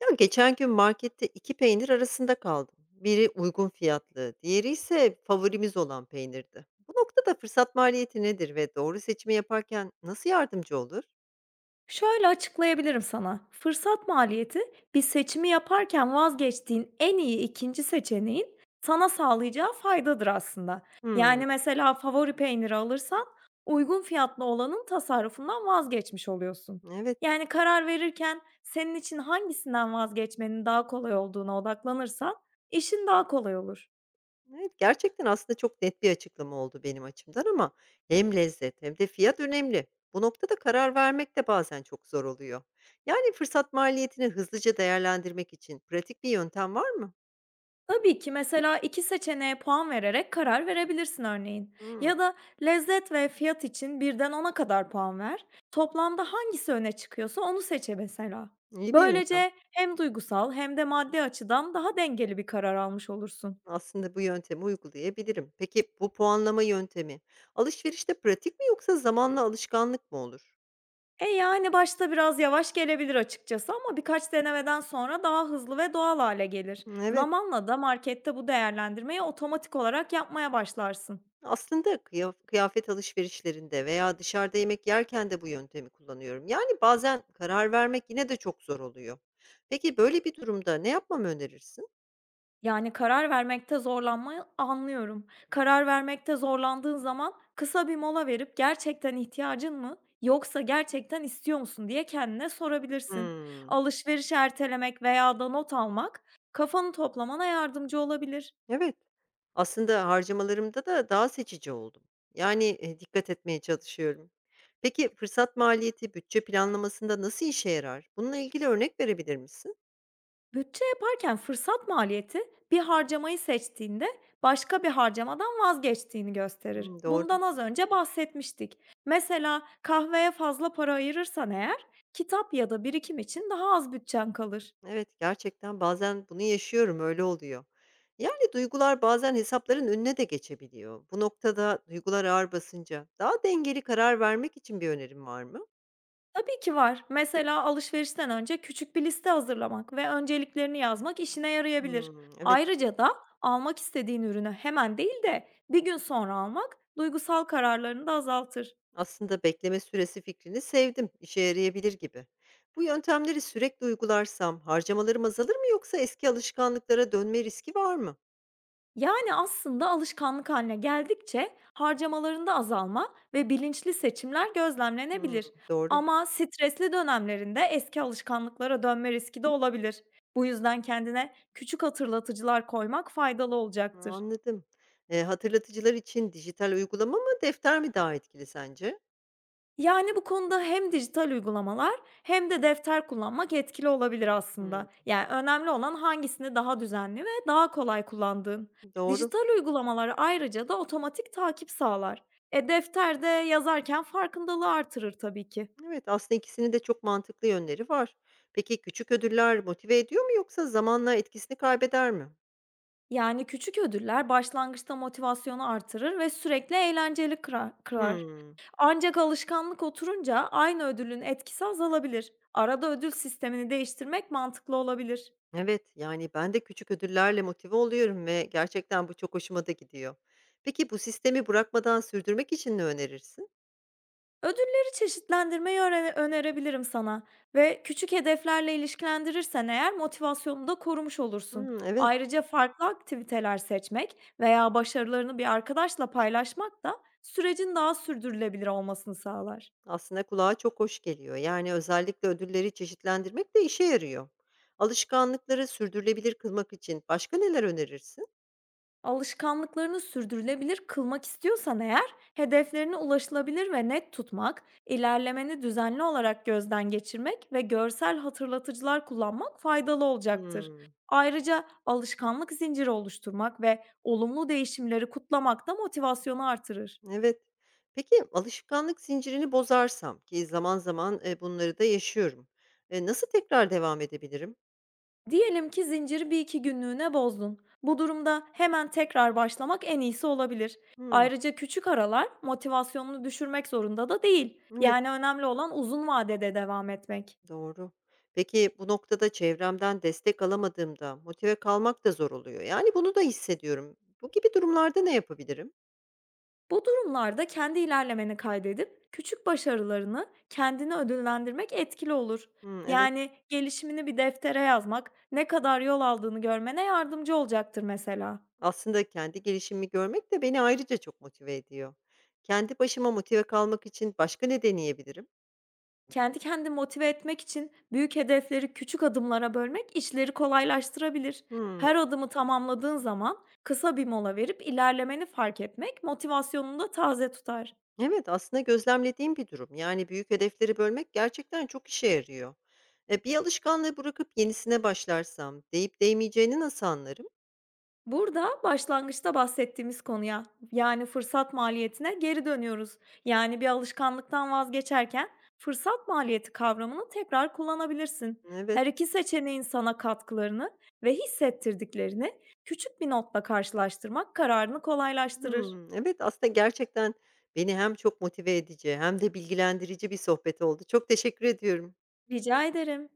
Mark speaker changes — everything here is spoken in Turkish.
Speaker 1: Ya geçen gün markette 2 peynir arasında kaldım. Biri uygun fiyatlı, diğeri ise favorimiz olan peynirdi. Bu noktada fırsat maliyeti nedir ve doğru seçimi yaparken nasıl yardımcı olur?
Speaker 2: Şöyle açıklayabilirim sana. Fırsat maliyeti bir seçimi yaparken vazgeçtiğin en iyi ikinci seçeneğin sana sağlayacağı faydadır aslında.
Speaker 1: Hmm,
Speaker 2: Yani mesela favori peyniri alırsan uygun fiyatlı olanın tasarrufundan vazgeçmiş oluyorsun.
Speaker 1: evet,
Speaker 2: Yani karar verirken senin için hangisinden vazgeçmenin daha kolay olduğuna odaklanırsan işin daha kolay olur.
Speaker 1: evet gerçekten aslında çok net bir açıklama oldu benim açımdan ama hem lezzet hem de fiyat önemli. Bu noktada karar vermek de bazen çok zor oluyor. Yani fırsat maliyetini hızlıca değerlendirmek için pratik bir yöntem var mı?
Speaker 2: Tabii ki mesela 2 seçeneğe puan vererek karar verebilirsin örneğin.
Speaker 1: Hmm,
Speaker 2: Ya da lezzet ve fiyat için 1'den 10'a kadar puan ver. Toplamda hangisi öne çıkıyorsa onu seçe mesela.
Speaker 1: iyi bir yöntem.
Speaker 2: Böylece hem duygusal hem de maddi açıdan daha dengeli bir karar almış olursun.
Speaker 1: Aslında bu yöntemi uygulayabilirim. Peki bu puanlama yöntemi alışverişte pratik mi yoksa zamanla alışkanlık mı olur?
Speaker 2: E yani başta biraz yavaş gelebilir açıkçası ama birkaç denemeden sonra daha hızlı ve doğal hale gelir.
Speaker 1: Hmm, evet.
Speaker 2: Zamanla da markette bu değerlendirmeyi otomatik olarak yapmaya başlarsın.
Speaker 1: Aslında kıyafet alışverişlerinde veya dışarıda yemek yerken de bu yöntemi kullanıyorum. Yani bazen karar vermek yine de çok zor oluyor. Peki böyle bir durumda ne yapmamı önerirsin?
Speaker 2: Yani, karar vermekte zorlanmayı anlıyorum. Karar vermekte zorlandığın zaman kısa bir mola verip gerçekten ihtiyacın mı yoksa gerçekten istiyor musun diye kendine sorabilirsin.
Speaker 1: Hmm.
Speaker 2: Alışveriş ertelemek veya da not almak kafanı toplamana yardımcı olabilir.
Speaker 1: Evet. Aslında harcamalarımda da daha seçici oldum. Yani, dikkat etmeye çalışıyorum. Peki fırsat maliyeti bütçe planlamasında nasıl işe yarar? Bununla ilgili örnek verebilir misin?
Speaker 2: Bütçe yaparken fırsat maliyeti bir harcamayı seçtiğinde başka bir harcamadan vazgeçtiğini gösterir.
Speaker 1: Hımm, doğru.
Speaker 2: Bundan az önce bahsetmiştik. Mesela kahveye fazla para ayırırsan eğer kitap ya da birikim için daha az bütçen kalır.
Speaker 1: Evet, gerçekten bazen bunu yaşıyorum, öyle oluyor. Yani duygular bazen hesapların önüne de geçebiliyor. Bu noktada duygular ağır basınca daha dengeli karar vermek için bir önerim var mı?
Speaker 2: Tabii ki var. Mesela alışverişten önce küçük bir liste hazırlamak ve önceliklerini yazmak işine yarayabilir.
Speaker 1: Hımm, evet.
Speaker 2: Ayrıca da almak istediğin ürünü hemen değil de bir gün sonra almak duygusal kararlarını da azaltır.
Speaker 1: Aslında bekleme süresi fikrini sevdim. İşe yarayabilir gibi. Bu yöntemleri sürekli uygularsam harcamalarım azalır mı yoksa eski alışkanlıklara dönme riski var mı?
Speaker 2: Yani, aslında alışkanlık haline geldikçe harcamalarında azalma ve bilinçli seçimler
Speaker 1: Hmm,
Speaker 2: gözlemlenebilir.
Speaker 1: doğru.
Speaker 2: Ama stresli dönemlerinde eski alışkanlıklara dönme riski de olabilir. Bu yüzden kendine küçük hatırlatıcılar koymak faydalı
Speaker 1: Ha,
Speaker 2: olacaktır.
Speaker 1: anladım. Hatırlatıcılar için dijital uygulama mı defter mi daha etkili sence?
Speaker 2: Yani, bu konuda hem dijital uygulamalar hem de defter kullanmak etkili olabilir
Speaker 1: Hmm,
Speaker 2: aslında. Yani, önemli olan hangisini daha düzenli ve daha kolay kullandığın.
Speaker 1: doğru.
Speaker 2: Dijital uygulamalar ayrıca da otomatik takip sağlar. E, defter yazarken farkındalığı artırır tabii ki.
Speaker 1: Evet, aslında ikisinin de çok mantıklı yönleri var. Peki küçük ödüller motive ediyor mu yoksa zamanla etkisini kaybeder mi?
Speaker 2: Yani, küçük ödüller başlangıçta motivasyonu artırır ve sürekli eğlenceli kırar kırar.
Speaker 1: Hmm,
Speaker 2: Ancak alışkanlık oturunca aynı ödülün etkisi azalabilir. Arada ödül sistemini değiştirmek mantıklı olabilir.
Speaker 1: evet, yani ben de küçük ödüllerle motive oluyorum ve gerçekten bu çok hoşuma da gidiyor. Peki bu sistemi bırakmadan sürdürmek için ne önerirsin?
Speaker 2: Ödülleri çeşitlendirmeyi önerebilirim sana ve küçük hedeflerle ilişkilendirirsen eğer motivasyonunu da korumuş olursun.
Speaker 1: Hmm, evet,
Speaker 2: Ayrıca farklı aktiviteler seçmek veya başarılarını bir arkadaşla paylaşmak da sürecin daha sürdürülebilir olmasını sağlar.
Speaker 1: aslında kulağa çok hoş geliyor. Yani özellikle ödülleri çeşitlendirmek de işe yarıyor. Alışkanlıkları sürdürülebilir kılmak için başka neler önerirsin?
Speaker 2: Alışkanlıklarını sürdürülebilir kılmak istiyorsan eğer, hedeflerini ulaşılabilir ve net tutmak, ilerlemeni düzenli olarak gözden geçirmek ve görsel hatırlatıcılar kullanmak faydalı olacaktır.
Speaker 1: Hmm,
Speaker 2: Ayrıca alışkanlık zinciri oluşturmak ve olumlu değişimleri kutlamak da motivasyonu artırır.
Speaker 1: evet. Peki alışkanlık zincirini bozarsam ki zaman zaman bunları da yaşıyorum. Nasıl tekrar devam edebilirim?
Speaker 2: Diyelim ki zinciri bir iki günlüğüne bozdun. Bu durumda hemen tekrar başlamak en iyisi olabilir.
Speaker 1: Hmm,
Speaker 2: Ayrıca küçük aralar motivasyonunu düşürmek zorunda da değil.
Speaker 1: evet.
Speaker 2: Yani önemli olan uzun vadede devam etmek.
Speaker 1: Doğru. Peki bu noktada çevremden destek alamadığımda motive kalmak da zor oluyor. Yani bunu da hissediyorum. Bu gibi durumlarda ne yapabilirim?
Speaker 2: Bu durumlarda kendi ilerlemeni kaydedip küçük başarılarını kendine ödüllendirmek etkili olur.
Speaker 1: Hmm, evet.
Speaker 2: Yani gelişimini bir deftere yazmak ne kadar yol aldığını görmene yardımcı olacaktır mesela.
Speaker 1: Aslında kendi gelişimimi görmek de beni ayrıca çok motive ediyor. Kendi başıma motive kalmak için başka ne deneyebilirim?
Speaker 2: Kendi kendini motive etmek için büyük hedefleri küçük adımlara bölmek işleri kolaylaştırabilir.
Speaker 1: Hmm,
Speaker 2: Her adımı tamamladığın zaman kısa bir mola verip ilerlemeni fark etmek motivasyonunu da taze tutar.
Speaker 1: evet, aslında gözlemlediğim bir durum. Yani büyük hedefleri bölmek gerçekten çok işe yarıyor. Bir alışkanlığı bırakıp yenisine başlarsam, deyip değmeyeceğini nasıl anlarım?
Speaker 2: Burada başlangıçta bahsettiğimiz konuya yani fırsat maliyetine geri dönüyoruz. Yani bir alışkanlıktan vazgeçerken fırsat maliyeti kavramını tekrar kullanabilirsin.
Speaker 1: Evet.
Speaker 2: Her iki seçeneğin sana katkılarını ve hissettirdiklerini küçük bir notla karşılaştırmak kararını kolaylaştırır.
Speaker 1: Hımm. Evet, aslında gerçekten beni hem çok motive edici hem de bilgilendirici bir sohbet oldu. Çok teşekkür ediyorum.
Speaker 2: Rica ederim.